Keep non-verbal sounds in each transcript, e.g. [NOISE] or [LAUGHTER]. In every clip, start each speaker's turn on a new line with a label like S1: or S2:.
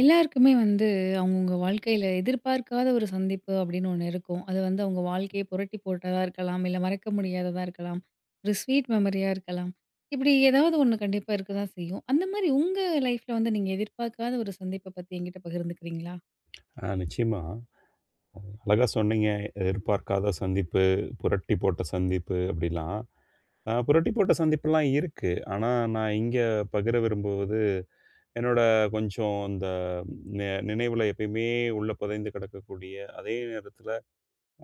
S1: எல்லாருக்குமே வந்து அவங்கவுங்க வாழ்க்கையில எதிர்பார்க்காத ஒரு சந்திப்பு அப்படின்னு ஒண்ணு இருக்கும். அது வந்து அவங்க வாழ்க்கையை புரட்டி போட்டதா இருக்கலாம். இல்ல மறக்க முடியாததா இருக்கலாம். ஒரு ஸ்வீட் மெமரியா இருக்கலாம். இப்படி ஏதாவது ஒண்ணு கண்டிப்பா இருக்க தான் செய்யும். அந்த மாதிரி உங்க லைஃப்ல வந்து நீங்க எதிர்பார்க்காத ஒரு சந்திப்ப பத்தி என்கிட்ட பகிர்ந்துக்கிறீங்களா?
S2: நிச்சயமா. அழகா சொன்னீங்க. எதிர்பார்க்காத சந்திப்பு, புரட்டி போட்ட சந்திப்பு அப்படிலாம். புரட்டி போட்ட சந்திப்புலாம் இருக்கு. ஆனா, நான் இங்க பகிர விரும்புவது, என்னோட கொஞ்சம் அந்த நி நினைவுல எப்பயுமே உள்ள புதைந்து கிடக்கக்கூடிய, அதே நேரத்தில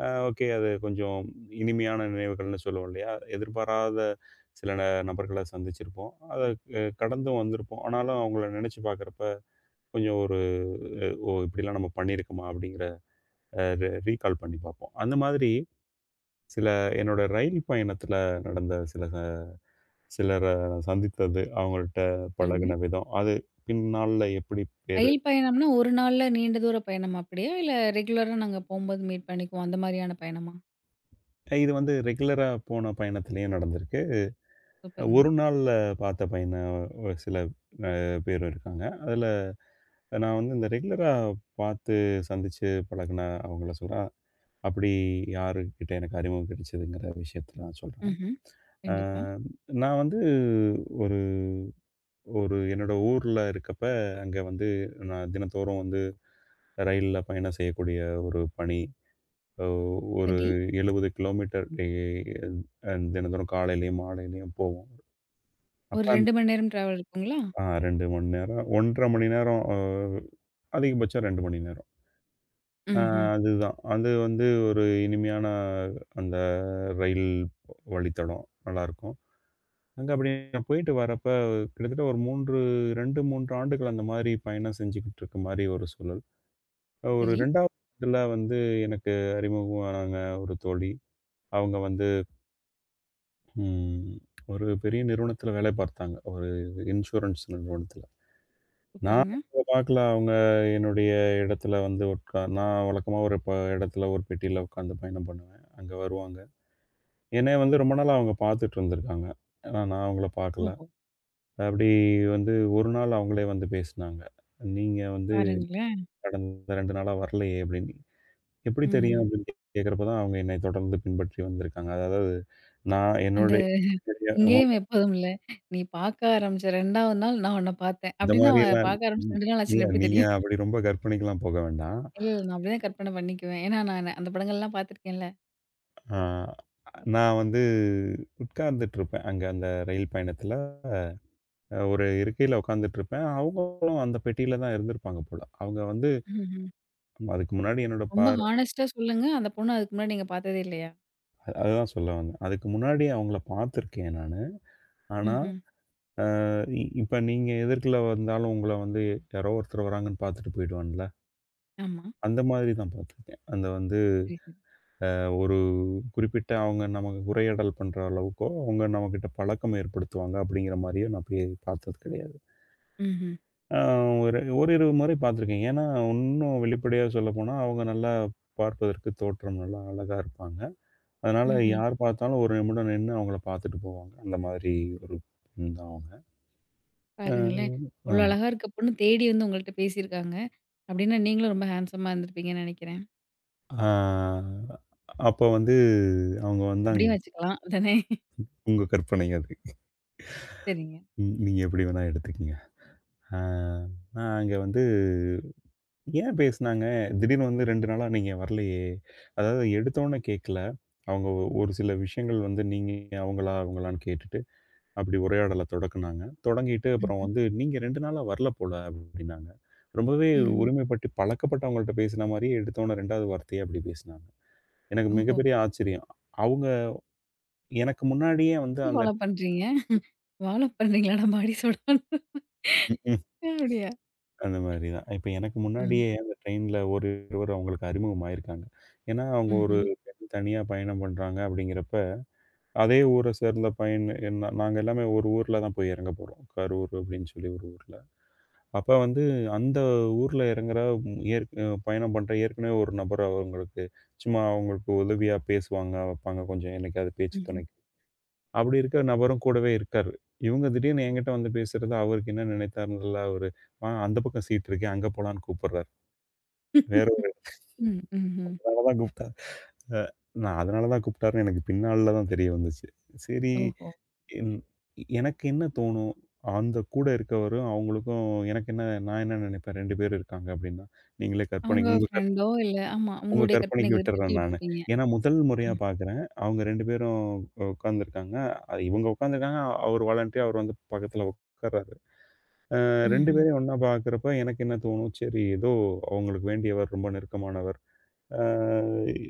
S2: ஓகே, அது கொஞ்சம் இனிமையான நினைவுகள்னு சொல்லுவோம் இல்லையா? எதிர்பாராத சில நபர்கள சந்திச்சிருப்போம். அத கடந்தும் வந்திருப்போம். ஆனாலும் அவங்கள நினைச்சு பார்க்குறப்ப, கொஞ்சம் ஒரு "ஓ! இப்படிலாம் நம்ம பண்ணியிருக்கோமா?" அப்படிங்கிற அ ரீ ரீகால் பண்ணி பார்ப்போம். அந்த மாதிரி சில என்னோட ரயில் பயணத்தில நடந்த சில சிலர நான் சந்தித்தது, அவங்கள்ட்ட
S1: பாருங்க.
S2: பழகுன விதம், அது பின்னாள்ல எப்படி பேரு
S1: ரயில் பயணம்னா ஒரு நாள்ல நீண்ட தூர பயணமா அப்படியா? இல்ல ரெகுலரா நாங்க போம்போது மீட் பண்ணிக்குவோம் அந்த மாதிரியான பயணமா?
S2: இது வந்து ரெகுலரா போன பயணத்திலயும் நடந்திருக்கு.
S1: சூப்பருங்க.
S2: ஒரு நாள்ல பார்த்த பயண சில அ பேரும் இருக்காங்க. அதில நான் வந்து இந்த ரெகுலரா பார்த்து சந்திச்சு பழகுன அவங்கள சொல்றேன். அப்படி யாருகிட்ட எனக்கு அறிமுகம் கிடைச்சதுங்கிற விஷயத்த நான் சொல்றேன்.
S1: ம்ஹ்ம்.
S2: அ
S1: கண்டிப்பா.
S2: நான் வந்து ஒரு ஒரு என்னோட ஊர்ல இருக்கப்ப, அங்க வந்து நான் தினந்தோறும் வந்து ரயில்ல பயணம் செய்யக்கூடிய ஒரு பணி. அ ஒரு
S1: சரி.
S2: 70 கிலோமீட்டர் டே தினந்தோறும் காலையிலயும், மாலையிலயும் போவோம். அப்ப
S1: ஒரு
S2: அந்
S1: 2 மணி நேரம் டிராவல் இருக்குங்களா?
S2: ஆ 2 மணி நேரம், 1 1/2 மணி நேரம், அதிகபட்சம் 2 மணி நேரம். அ
S1: ம்ஹ்ம்.
S2: அதுதான். அது வந்து ஒரு இனிமையான அந்த ரயில் வழித்தடம். நல்லாயிருக்கும். அங்க அப்படி நான் போயிட்டு வரப்ப கிட்டத்தட்ட ஒரு 3 2, 3 ஆண்டுகள் அந்த மாரி பயணம் செஞ்சுகிட்டு இருக்க மாரி ஒரு சூழல். ஒரு
S1: சரி.
S2: 2வது இதில வந்து எனக்கு அறிமுகமானாங்க ஒரு தோழி. அவங்க வந்து ம் ஒரு பெரிய நிறுவனத்தில வேலை பார்த்தாங்க. ஒரு இன்சூரன்ஸ் நிறுவனத்தில. நான்
S1: சூப்பருங்க.
S2: அவங்கள பார்க்கல. அவங்க என்னுடைய இடத்துல வந்து நான் வழக்கமா ஒரு இடத்துல ஒரு பெட்டியில உட்காந்து பயணம் பண்ணுவேன். அங்க வருவாங்க. என்னைய வந்து ரொம்ப நாளா அவங்க பார்த்துட்டு இருந்திருக்காங்க. ஆனா நான் அவங்கள பார்க்கல.
S1: ஓஹோ!
S2: அப்படி வந்து ஒரு நாள் அவங்களே வந்து பேசினாங்க. "நீங்க வந்து
S1: பாருங்களேன்.
S2: கடந்த 2 நாளா வரலையே" அப்படின்னு. எப்படி
S1: ம்ஹ்ம்.
S2: தெரியும் அப்படின்னு கேட்கிறப்ப தான் அவங்க என்னை தொடர்ந்து பின்பற்றி வந்திருக்காங்க. அதாவது நான்
S1: அந்த
S2: என்னுடைய ஆமா,
S1: எங்கேயும் எப்போதும் இல்ல. நீ பார்க்க ஆரம்பிச்ச 2வது நாள் நான் உன்ன பார்த்தேன்.
S2: இந்த
S1: அப்படின்னா அவன்
S2: மாரிலாம்
S1: பார்க்க ஆரம்பிச்சு
S2: ம்
S1: 2 நாள் ஆச்சுன்னு
S2: இல்ல,
S1: எப்படி
S2: நீங்க
S1: தெரியும்?
S2: அப்படி ரொம்ப கற்பனைக்குலாம் போக வேண்டாம்.
S1: இல்ல, இல்ல. நான் அப்படிதான் கற்பனை பண்ணிக்குவேன். ஏன்னா நான் அந்த படங்கள்லாம் பார்த்துருக்கேன்ல.
S2: ஆ நான் வந்து உட்கார்ந்துட்டுருப்பேன். அங்க அந்த ரயில் பயணத்தில ஒரு இருக்கையில உட்கார்ந்துட்டுருப்பேன். அவங்களும் அந்த பெட்டியில தான் இருந்திருப்பாங்க போல. அவங்க வந்து
S1: ம்ஹ்ம்.
S2: அதுக்கு முன்னாடி என்னோட
S1: ரொம்ப ஹானஸ்ட்டா சொல்லுங்க. அந்த பொண்ணு அதுக்கு முன்னாடி நீங்க பார்த்ததே இல்லையா?
S2: அதுதான் சொல்ல வந்தேன். அதுக்கு முன்னாடி அவங்கள பார்த்துருக்கேன் நானு. ஆனா,
S1: ம்ஹ்ம்.
S2: அ இப்ப நீங்க எதிர்கல வந்தாலும் உங்கள வந்து யாரோ ஒருத்தர் வராங்கன்னு பார்த்துட்டு போயிடுவான்ல.
S1: ஆமா.
S2: அந்த மாதிரி தான் பார்த்துருக்கேன். அந்த வந்து
S1: சரி, சரி.
S2: ஒரு குறிப்பிட்ட அவங்க நமக்கு உரையாடல் பண்ற அளவுக்கோ, அவங்க நம்மகிட்ட பழக்கம் ஏற்படுத்துவாங்க அப்படிங்கிற மாரியும் நான் போய் பார்த்தது கிடையாது.
S1: ம்ஹ்ம்.
S2: ஆ ஒரு ஓரிரு முறை பார்த்துருக்கேன். ஏன்னா, இன்னும் வெளிப்படையா சொல்லப்போனா, அவங்க நல்லா பார்ப்பதற்கு தோற்றம் நல்லா அழகா இருப்பாங்க. அதனால
S1: ம்ஹ்ம்.
S2: யார் பார்த்தாலும் ஒரு நிமிடம் நின்னு அவங்கள பார்த்துட்டு போவாங்க. அந்த மாதிரி ஒரு பெண் தான் அவங்க. அ
S1: பாருங்களேன். அவ்ளோ
S2: ஆமா.
S1: அழகா இருக்க பொண்ணு தேடி வந்து உங்கள்ட்ட பேசியிருக்காங்க. அப்படின்னா நீங்களும் ரொம்ப ஹேண்ட்ஸமா இருந்திருப்பீங்கன்னு நெனைக்கிறேன்.
S2: ஆ அப்ப வந்து அவங்க வந்தாங்க.
S1: அப்படியும் வச்சுக்கலாம். அதானே?
S2: உங்க கற்பனை அது.
S1: சரிங்க.
S2: நீங்க எப்படி வேணா எடுத்துக்கங்க. ஆ, நான் அங்க வந்து, "ஏன் பேசினாங்க? திடீர்னு வந்து 2 நாளா நீங்க வரலையே?" அதாவது எடுத்தோனே கேட்கல. அவங்க ஒரு சில விஷயங்கள் வந்து நீங்க அவங்களா, அவங்களான்னு கேட்டுட்டு, அப்படி உரையாடல தொடக்குனாங்க. தொடங்கிட்டு அப்புறம்
S1: ம்ஹ்ம்.
S2: வந்து, "நீங்க 2 நாளா வரல போல" அப்படின்னாங்க. ரொம்பவே
S1: ம்ஹ்ம்.
S2: உரிமைப்பட்டு பழக்கப்பட்டவங்கள்ட்ட பேசின மாரியே எடுத்தோனே 2வது வார்த்தையே அப்படி பேசினாங்க. எனக்கு
S1: ஓஹோ!
S2: மிகப்பெரிய ஆச்சரியம். அவங்க எனக்கு முன்னாடியே வந்து
S1: எப்படி
S2: அந்த
S1: ஃபாலோ பண்றீங்க? வாழைப்பழம் இருந்தீங்களாடா மாடி சோடான்னு.
S2: ம், ம்
S1: அப்படியா?
S2: அந்த மாரி தான். இப்ப எனக்கு
S1: ம்.
S2: முன்னாடியே அந்த ட்ரெயின்ல ஒரு இருவர் அவங்களுக்கு அறிமுகமாயிருக்காங்க. ஏன்னா, அவங்க ஒரு
S1: ம்ஹ்ம்.
S2: பெண் தனியா பயணம் பண்றாங்க அப்படிங்கிறப்ப, அதே ஊர சேர்ந்த பையன், என்ன நாங்க எல்லாமே ஒரு ஊர்ல தான் போய் இறங்க போறோம். கரூர் அப்படின்னு சொல்லி ஒரு ஊர்ல. அப்ப வந்து அந்த ஊர்ல இறங்குற ம், ஏற் பயணம் பண்ற ஏற்கனவே ஒரு நபர் அவங்களுக்கு சும்மா அவங்களுக்கு உதவியா பேசுவாங்க, வைப்பாங்க கொஞ்சம் என்னைக்காவது பேச்சு
S1: ம்ஹ்ம்.
S2: துணைக்கு. அப்படி இருக்கிற நபரும் கூடவே இருக்காரு. இவங்க திடீர்னு என்கிட்ட வந்து பேசுறது அவருக்கு என்ன நினைத்தாருன்னு தெர்ல, அவரு, " அந்த பக்கம் சீட் இருக்கே, அங்க போலான்னு" கூப்பிடுறாரு. வேற ஒரு
S1: ம். ம்ஹ்ம்.
S2: அதனால தான் கூப்பிட்டார். அ நான் அதனால தான் கூப்பிட்டாருன்னு எனக்கு பின்னால தான் தெரிய வந்துச்சு. சரி,
S1: ஓஹோ!
S2: என் எனக்கு என்ன தோணும், அந்த கூட இருக்கவரும், அவங்களுக்கும் எனக்கு என்ன நான் என்ன நினைப்பேன், 2 பேர் இருக்காங்க அப்டின்னா, நீங்களே கற்பனை
S1: அவங்க ஃப்ரெண்டோ இல்ல ஆமா.
S2: உங்க
S1: உங்களுடைய
S2: கற்பனைக்கு
S1: கற்பனைக்கு ஒரு தட்டி
S2: விட்டுறேன் நானு.
S1: விட்டுருப்பீங்க.
S2: ஏன்னா முதல் முறையா
S1: ஆமா.
S2: பார்க்குறேன். அவங்க 2 பேரும் உட்கார்ந்துருக்காங்க. இவங்க உட்கார்ந்துருக்காங்க. அவர் வாலண்டரியா அவர் வந்து பக்கத்துல உட்கார்றாரு. 2
S1: ம்ஹ்ம்.
S2: பேரையும் ஒண்ணா பார்க்குறப்ப எனக்கு என்ன தோணும், சரி, ஏதோ அவங்களுக்கு வேண்டியவர், ரொம்ப நெருக்கமானவர். அ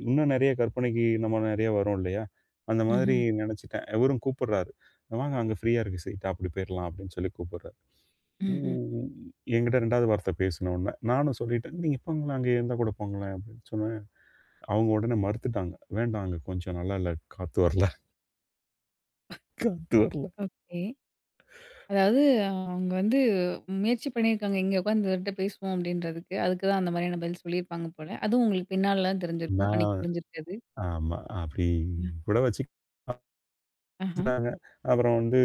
S2: இன்னும் நெறைய கற்பனைக்கு நம்ம நெறைய வரோம் இல்லையா? அந்த மாதிரி
S1: ம்ஹ்ம்.
S2: நெனச்சுட்டேன். இவரும் கூப்புடுறாரு. "வாங்க, அங்க ஃப்ரீயா இருக்கு சீட். அப்படி போயிரலாம்" அப்படின்னு சொல்லி கூப்புடுறாரு.
S1: ம்ஹ்ம்.
S2: ம். என்கிட்ட 2வது வார்த்தை பேசின உடனே, நானும் சொல்லிட்டேன், "நீங்க போங்களேன், அங்கே இருந்தா கூட போங்களேன்" அப்படின்னு சொன்னேன். அவங்க உடனே மறுத்துட்டாங்க. "வேண்டாம், அங்க கொஞ்சம் நல்லா இல்ல. காத்து வரல, காத்து வரல."
S1: ஓகே. அதாவது அவங்க வந்து முயற்சி பண்ணியிருக்காங்க, இங்க உட்காந்து இவர்ட்ட பேசுவோம் அப்படின்றதுக்கு. அதுக்கு தான் அந்த மாதிரியான பதில் சொல்லியிருப்பாங்க போல. அதுவும் உங்களுக்கு பின்னால தான் தெரிஞ்சிருக்கும். அன்னைக்கு
S2: நான்
S1: புரிஞ்சிருக்காது.
S2: ஆமா. அப்படி
S1: ம்.
S2: கூட வச்சு
S1: ஆஹா.
S2: நாங்க அப்புறம் வந்து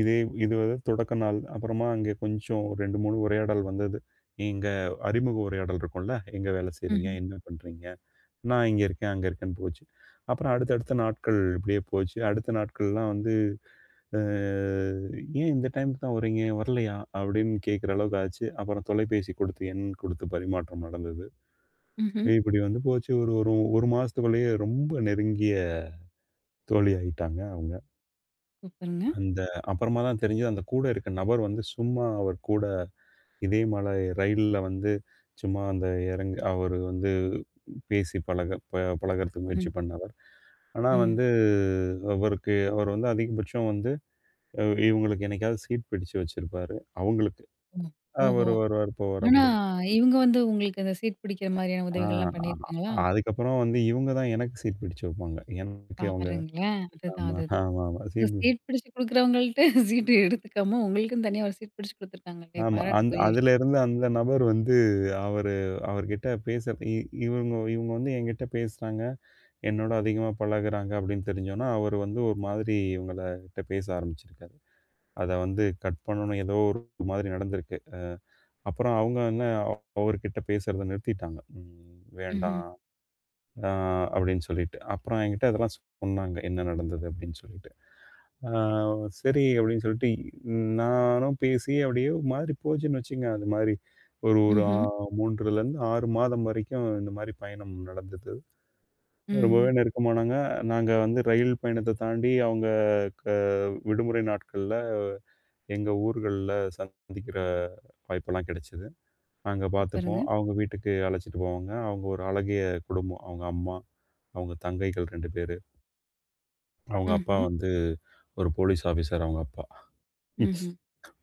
S2: இதே இது வந்து தொடக்க நாள். அப்புறமா அங்கே கொஞ்சம் 2, 3 உரையாடல் வந்தது. எங்க அறிமுக உரையாடல் இருக்கும்ல. எங்க வேலை செய்றீங்க?
S1: ம்ஹ்ம்.
S2: என்ன பண்றீங்க? நான் இங்க இருக்கேன், அங்க இருக்கேன்னு போச்சு. அப்புறம் அடுத்தடுத்த நாட்கள் இப்படியே போச்சு. அடுத்த நாட்கள்லாம் வந்து, அ "ஏன் இந்த டைம்க்கு தான் வரீங்க? வரலையா?" அப்படின்னு கேட்கிற அளவுக்கு ஆச்சு. அப்புறம் தொலைபேசி கொடுத்து, எண் கொடுத்து பரிமாற்றம் நடந்தது.
S1: ம்ஹ்ம்.
S2: இப்படி வந்து போச்சு. ஒரு ஒரு 1 மாசத்துக்குள்ளேயே ரொம்ப நெருங்கிய தோழி ஆயிட்டாங்க அவங்க.
S1: சூப்பருங்க.
S2: அந்த அப்புறமா தான் தெரிஞ்சது, அந்த கூட இருக்க நபர் வந்து சும்மா அவர் கூட இதே மலை ரயில்ல வந்து சும்மா அந்த இறங்கி அவரு வந்து பேசி பழகுறதுக்கு முயற்சி
S1: ம்.
S2: பண்ணவர். ஆனா
S1: ம்.
S2: வந்து அவருக்கு அவர் வந்து அதிகபட்சம் வந்து அ இவங்களுக்கு என்னைக்காவது சீட் பிடிச்சு வச்சிருப்பாரு. அவங்களுக்கு.
S1: ஓ. ஓஹோ!
S2: அவரு வருவார், போவார்
S1: ஆனா,
S2: அப்படி.
S1: இவுங்க வந்து உங்களுக்கு அந்த சீட் பிடிக்கிற மாதிரியான
S2: ஆ
S1: உதவிகள்லாம்
S2: அ-
S1: பண்ணியிருக்காங்களா?
S2: அதுக்கப்புறம் வந்து இவங்க தான் எனக்கு சீட் பிடிச்சு வைப்பாங்க. எனக்கு அவங்க
S1: பாருங்களேன்! அதுதான்,
S2: ஆமா,
S1: அதுதான்.
S2: ஆமாமா.
S1: அது
S2: சீட்
S1: சீட் பிடிச்சு குடுக்குறவங்கள்ட்ட [LAUGHS] சீட்டு எடுத்துக்காம, உங்களுக்குன்னு தனியா ஒரு சீட் பிடிச்சு குடுத்துருக்காங்களே!
S2: ஆமா.
S1: பாராட்டுக்குரிய விஷயம்.
S2: அதுல இருந்த அந்த நபர் வந்து அவரு அவர்கிட்ட பேச இ இவங்க இவங்க வந்து என்கிட்ட பேசுறாங்க. என்னோட அதிகமா பழகுறாங்க அப்படின்னு தெரிஞ்சோனே, அவரு வந்து ஒரு மாதிரி இவங்கள்ட்ட பேச ஆரம்பிச்சிருக்காரு. அத வந்து கட் பண்ணணும். ஏதோ ஒரு மாதிரி நடந்திருக்கு. அப்புறம் அவங்க என்ன அவர்கிட்ட பேசுறத நிறுத்திட்டாங்க. ம்,
S1: ம்ஹ்ம்.
S2: வேண்டாம். ஆ அப்படின்னு சொல்லிட்டு. அப்புறம் என்கிட்ட அதெல்லாம் சொன்னாங்க. என்ன நடந்தது அப்படின்னு சொல்லிட்டு. ஆ சரி அப்படின்னு சொல்லிட்டு நானும் பேசி அப்படியே ஒரு மாதிரி போச்சுன்னு வச்சுக்கங்க. அது மாதிரி ஒரு ஒரு ஆ
S1: ம்ஹ்ம்.
S2: 3 லருந்து 6 மாதம் வரைக்கும் இந்த மாதிரி பயணம் நடந்தது.
S1: ம்ஹ்ம்.
S2: ரொம்பவே நெருக்கமானாங்க. நாங்க வந்து ரயில் பயணத்த தாண்டி அவங்க க விடுமுறை நாட்கள்ல எங்க ஊர்கள்ல சந்திக்கிற வாய்ப்பெல்லாம் கிடைச்சது. நாங்க பார்த்துப்போம்.
S1: சூப்பருங்க.
S2: அவங்க வீட்டுக்கு அழைச்சிட்டு போவாங்க. அவங்க ஒரு அழகிய குடும்பம். அவங்க அம்மா, அவங்க தங்கைகள் 2 பேரு. அவங்க அப்பா
S1: ம்ஹ்ம்.
S2: வந்து ஒரு போலீஸ் ஆஃபீசர் அவங்க அப்பா.
S1: ம்ஹ்ம்.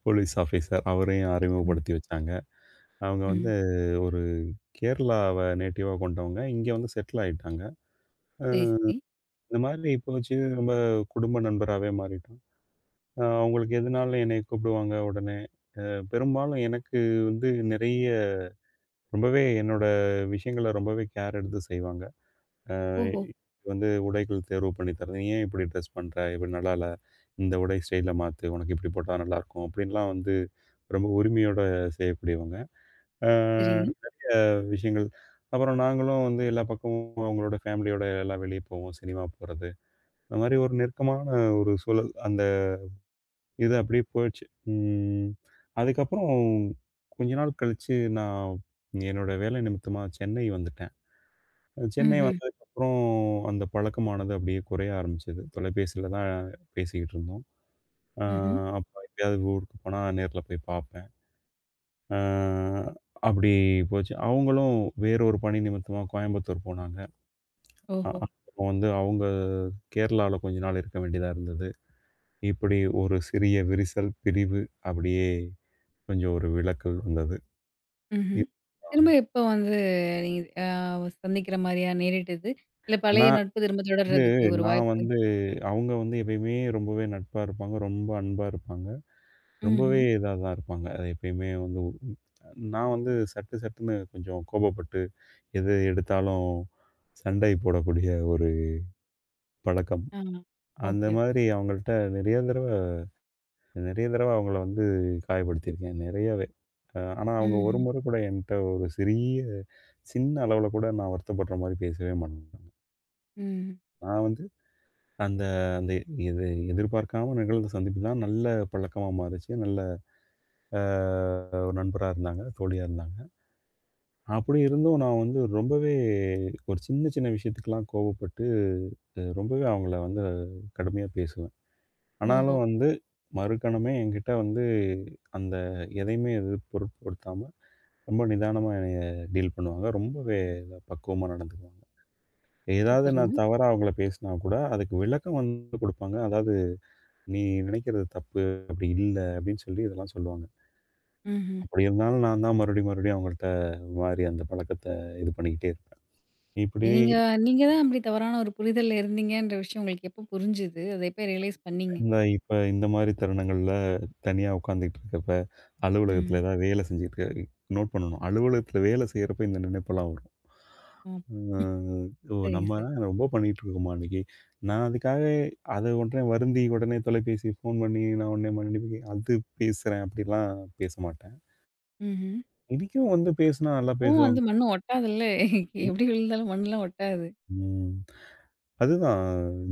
S2: போலீஸ் ஆஃபீசர் அவரையும்
S1: சூப்பருங்க.
S2: அறிமுகப்படுத்தி வச்சாங்க. அவங்க
S1: ம்.
S2: வந்து ஒரு கேரளாவ நேட்டிவா கொண்டவங்க. இங்க வந்து செட்டில் ஆயிட்டாங்க. அ
S1: சரி, சரி.
S2: இந்த மாதிரி இப்போ வச்சு நம்ம குடும்ப நண்பராவே மாறிட்டோம். அவங்களுக்கு எதுனாலும் என்னைய கூப்பிடுவாங்க உடனே. அ பெரும்பாலும் எனக்கு வந்து நிறைய ரொம்பவே என்னோட விஷயங்கள ரொம்பவே கேர் எடுத்து செய்வாங்க.
S1: ஓஹோ!
S2: வந்து உடைகள் தேர்வு பண்ணி தர்றது. "நீ ஏன் இப்படி ட்ரெஸ் பண்ற? இப்படி நல்லா இல்ல. இந்த உடை ஸ்டைல மாத்து. உனக்கு இப்படி போட்டா நல்லாயிருக்கும்." அப்படின்லாம் வந்து ரொம்ப உரிமையோட செய்யக்கூடியவங்க.
S1: சரிங்க.
S2: விஷயங்கள். அப்புறம் நாங்களும் வந்து எல்லா பக்கமும் அவங்களோட ஃபேமிலியோட எல்லாம் வெளிய போவோம். சினிமா போறது. அந்த மாரி ஒரு நெருக்கமான ஒரு சூழல். அந்த இது அப்படியே போயிடுச்சு. ம். அதுக்கப்புறம் கொஞ்ச நாள் கழிச்சு நான் என்னோட வேலை நிமித்தமா சென்னை வந்துட்டேன். சென்னை
S1: ம்ஹ்ம்.
S2: வந்ததுக்கப்புறம் அந்த பழக்கமானது அப்படியே குறைய ஆரம்பிச்சது. தொலைபேசியில தான் பேசிக்கிட்டு இருந்தோம். அ
S1: ம்ஹ்ம்.
S2: அப்ப எப்பயாவது ஊருக்கு போனா நேர்ல போய் பார்ப்பேன். அ அப்படி போச்சு. அவங்களும் வேற ஒரு பணி நிமித்தமா கோயம்புத்தூர் போனாங்க.
S1: ஓஹோ!
S2: அப்போ வந்து அவங்க கேரளால கொஞ்ச நாள் இருக்க வேண்டியதா இருந்தது. இப்படி ஒரு சிறிய விரிசல், பிரிவு அப்படியே கொஞ்சம் ஒரு விலக்கல் வந்தது.
S1: ம்ஹ்ம். திரும்ப
S2: [UNINTELLIGIBLE]
S1: எப்போ வந்து நீங்க சந்திக்கிற மாரியா நேரிட்டது? இல்ல
S2: இப்
S1: பழைய
S2: நான்
S1: நட்பு திரும்ப
S2: வந்து
S1: தொடர்றதுக்கு ஒரு
S2: நான்
S1: வாய்ப்பு?
S2: வந்து அவங்க வந்து எப்பயுமே ரொம்பவே நட்பா இருப்பாங்க. ரொம்ப அன்பா இருப்பாங்க. ரொம்பவே
S1: ம்ஹ்ம்.
S2: இதா தான் இருப்பாங்க. அது எப்பயுமே வந்து. நான் வந்து சட்டு சட்டுன்னு கொஞ்சம் கோபப்பட்டு, எது எடுத்தாலும் சண்டை போடக்கூடிய ஒரு பழக்கம்.
S1: ஆ.
S2: அந்த
S1: ஓகே.
S2: மாதிரி அவங்கள்ட்ட நெறைய தடவ நெறைய தடவ அவங்கள வந்து காயப்படுத்தியிருக்கேன். நெறையவே. ஆனா அவங்க ஒரு
S1: ம்ஹ்ம்.
S2: முறை கூட என்ட்ட ஒரு சின்ன அளவுல கூட நான் வருத்தப்படுற மாரி பேசவே மாட்டாங்க.
S1: ம்.
S2: நான் வந்து அந்த அந்த எது எதிர்பார்க்காம நிகழ்ந்த சந்திப்பு தான் நல்ல பழக்கமா மாறுச்சு. நல்ல அ ஒரு நண்பரா இருந்தாங்க, தோழியா இருந்தாங்க. அப்படி இருந்தும் நான் வந்து ரொம்பவே ஒரு சின்ன சின்ன விஷயத்துக்கெல்லாம் கோவப்பட்டு, ரொம்பவே அவங்கள வந்து கடுமையா பேசுவேன்.
S1: ஓஹோ!
S2: ஆனாலும் வந்து மறுகணமே என்கிட்ட வந்து அந்த எதையுமே இது பொருட்படுத்தாம, ரொம்ப நிதானமா என்னைய டீல் பண்ணுவாங்க. ரொம்பவே இதா பக்குவமா நடந்துக்குவாங்க. ஏதாவது
S1: சூப்பருங்க.
S2: நான் தவறா அவங்கள பேசினா கூட, அதுக்கு விளக்கம் வந்து குடுப்பாங்க. அதாவது, "நீ நினைக்கிறது தப்பு. அப்படி இல்ல." அப்படின்னு சொல்லி இதெல்லாம் சொல்லுவாங்க.
S1: ம்ஹ்ம்.
S2: அப்படி இருந்தாலும் நான் தான் மறுபடியும் மறுபடியும் அவங்கள்ட்ட மாறி அந்த பழக்கத்த இது பண்ணிக்கிட்டே இருப்பேன். இப்படி
S1: எ நீங்க நீங்க தான் அப்படி தவறான ஒரு புரிதல்ல இருந்தீங்கன்ற விஷயம் உங்களுக்கு எப்போ புரிஞ்சுது? அத எப்போ ரியலைஸ் பண்ணீங்க?
S2: இந்த இப்ப இந்த மாரி தருணங்கள்ல தனியா உட்காந்துட்டு இருக்கப்ப, அலுவலகத்துல
S1: ம்.
S2: ஏதாவது வேலை செஞ்சுட்டு இருக்க நோட் பண்ணணும். அலுவலகத்துல வேலை செய்யறப்ப இந்த நினைப்பெல்லாம் வரும்.
S1: ஆ.
S2: ம். ஓ!
S1: சரிங்க
S2: நம்ம
S1: சரி.
S2: ரொம்ப பண்ணிட்டு இருக்கோமா இன்னைக்கு? நான் அதுக்காக அத உடனே வருந்தி உடனே தொலைபேசி ஃபோன் பண்ணி நான் உடனே மன்னிப்பு அது பேசுறேன் அப்படிலாம் பேச மாட்டேன்.
S1: ம்ஹ்ம்.
S2: இன்னைக்கும் வந்து பேசுனா நல்லா
S1: இப்பவும் வந்து
S2: பேசுவாங்க.
S1: மண்ணு ஒட்டாதுல்ல. எப்படி விழுந்தாலும் மண்ணுலாம் ஒட்டாது.
S2: ம். அதுதான்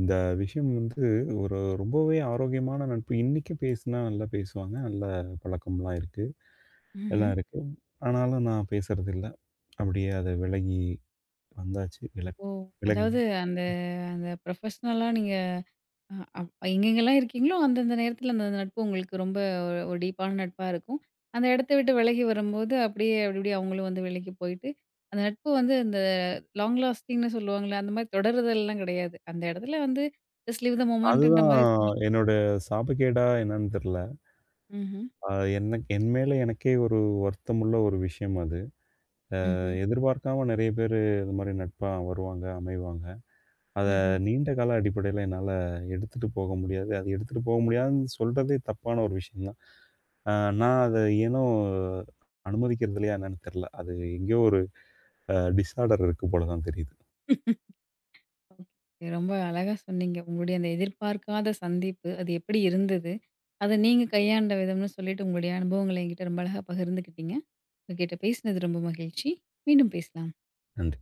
S2: இந்த விஷயம் வந்து ஒரு ரொம்பவே ஆரோக்கியமான நட்பு. இன்னைக்கும் பேசுனா நல்லா பேசுவாங்க. நல்ல பழக்கம்லாம் இருக்கு.
S1: ம்ஹ்ம்.
S2: எல்லாம் இருக்கு. ஆனாலும் நான் பேசுறதில்ல. அப்படியே அது விலகி வந்தாச்சு. விலக்
S1: ஓ!
S2: விலகு
S1: அதாவது அந்த அந்த ப்ரொஃபஷ்னலா நீங்க அ அப் எங்கெங்கலாம் இருக்கீங்களோ, அந்தந்த நேரத்துல அந்த நட்பு உங்களுக்கு ரொம்ப ஒரு டீப்பான நட்பா இருக்கும். அந்த இடத்த விட்டு விலகி வரும்போது, அப்படியே அப்படி இப்படி அவங்களும் வந்து விலகி போயிட்டு, அந்த நட்பு வந்து லாங் லாஸ்டிங்ன்னு சொல்லுவாங்கல்ல, அந்த மாரி தொடருதல்லாம் கிடையாது. அந்த இடத்துல வந்து ஜஸ்ட் லிவ் த மொமெண்ட்ன்ற
S2: அதுதான்
S1: மாரி சந்தோஷம்.
S2: என்னோட சாபக்கேடா என்னன்னு தெரியல.
S1: ம்ஹ்ம்,
S2: அ என்ன, என் மேல எனக்கே ஒரு வருத்தமுள்ள ஒரு விஷயம் அது.
S1: ம்ஹ்ம்,
S2: எதிர்பார்க்காம நெறைய பேரு இது மாரி நட்பா வருவாங்க, அமைவாங்க. அத
S1: ம்ஹ்ம்.
S2: நீண்ட கால அடிப்படையில என்னால எடுத்துட்டு போக முடியாது. அது எடுத்துட்டு போக முடியாதுன்னு சொல்றதே தப்பான ஒரு விஷயம் தான். அ நான் அத ஏனோ அனுமதிக்கிறதில்லையா என்னன்னு தெரியல. அது எங்கேயோ ஒரு டிஸார்டர் இருக்கு போல தான் தெரியுது.
S1: ஓகே. ரொம்ப அழகா சொன்னீங்க. உங்களுடைய அந்த எதிர்பார்க்காத சந்திப்பு, அது எப்படி இருந்தது? அத நீங்க கையாண்ட விதம்னு சொல்லிட்டு, உங்களுடைய அனுபவங்கள என்கிட்ட ரொம்ப அழகா பகிர்ந்துக்கிட்டீங்க. உங்ககிட்ட பேசினது ரொம்ப மகிழ்ச்சி. மீண்டும் பேசலாம்.
S2: நன்றி.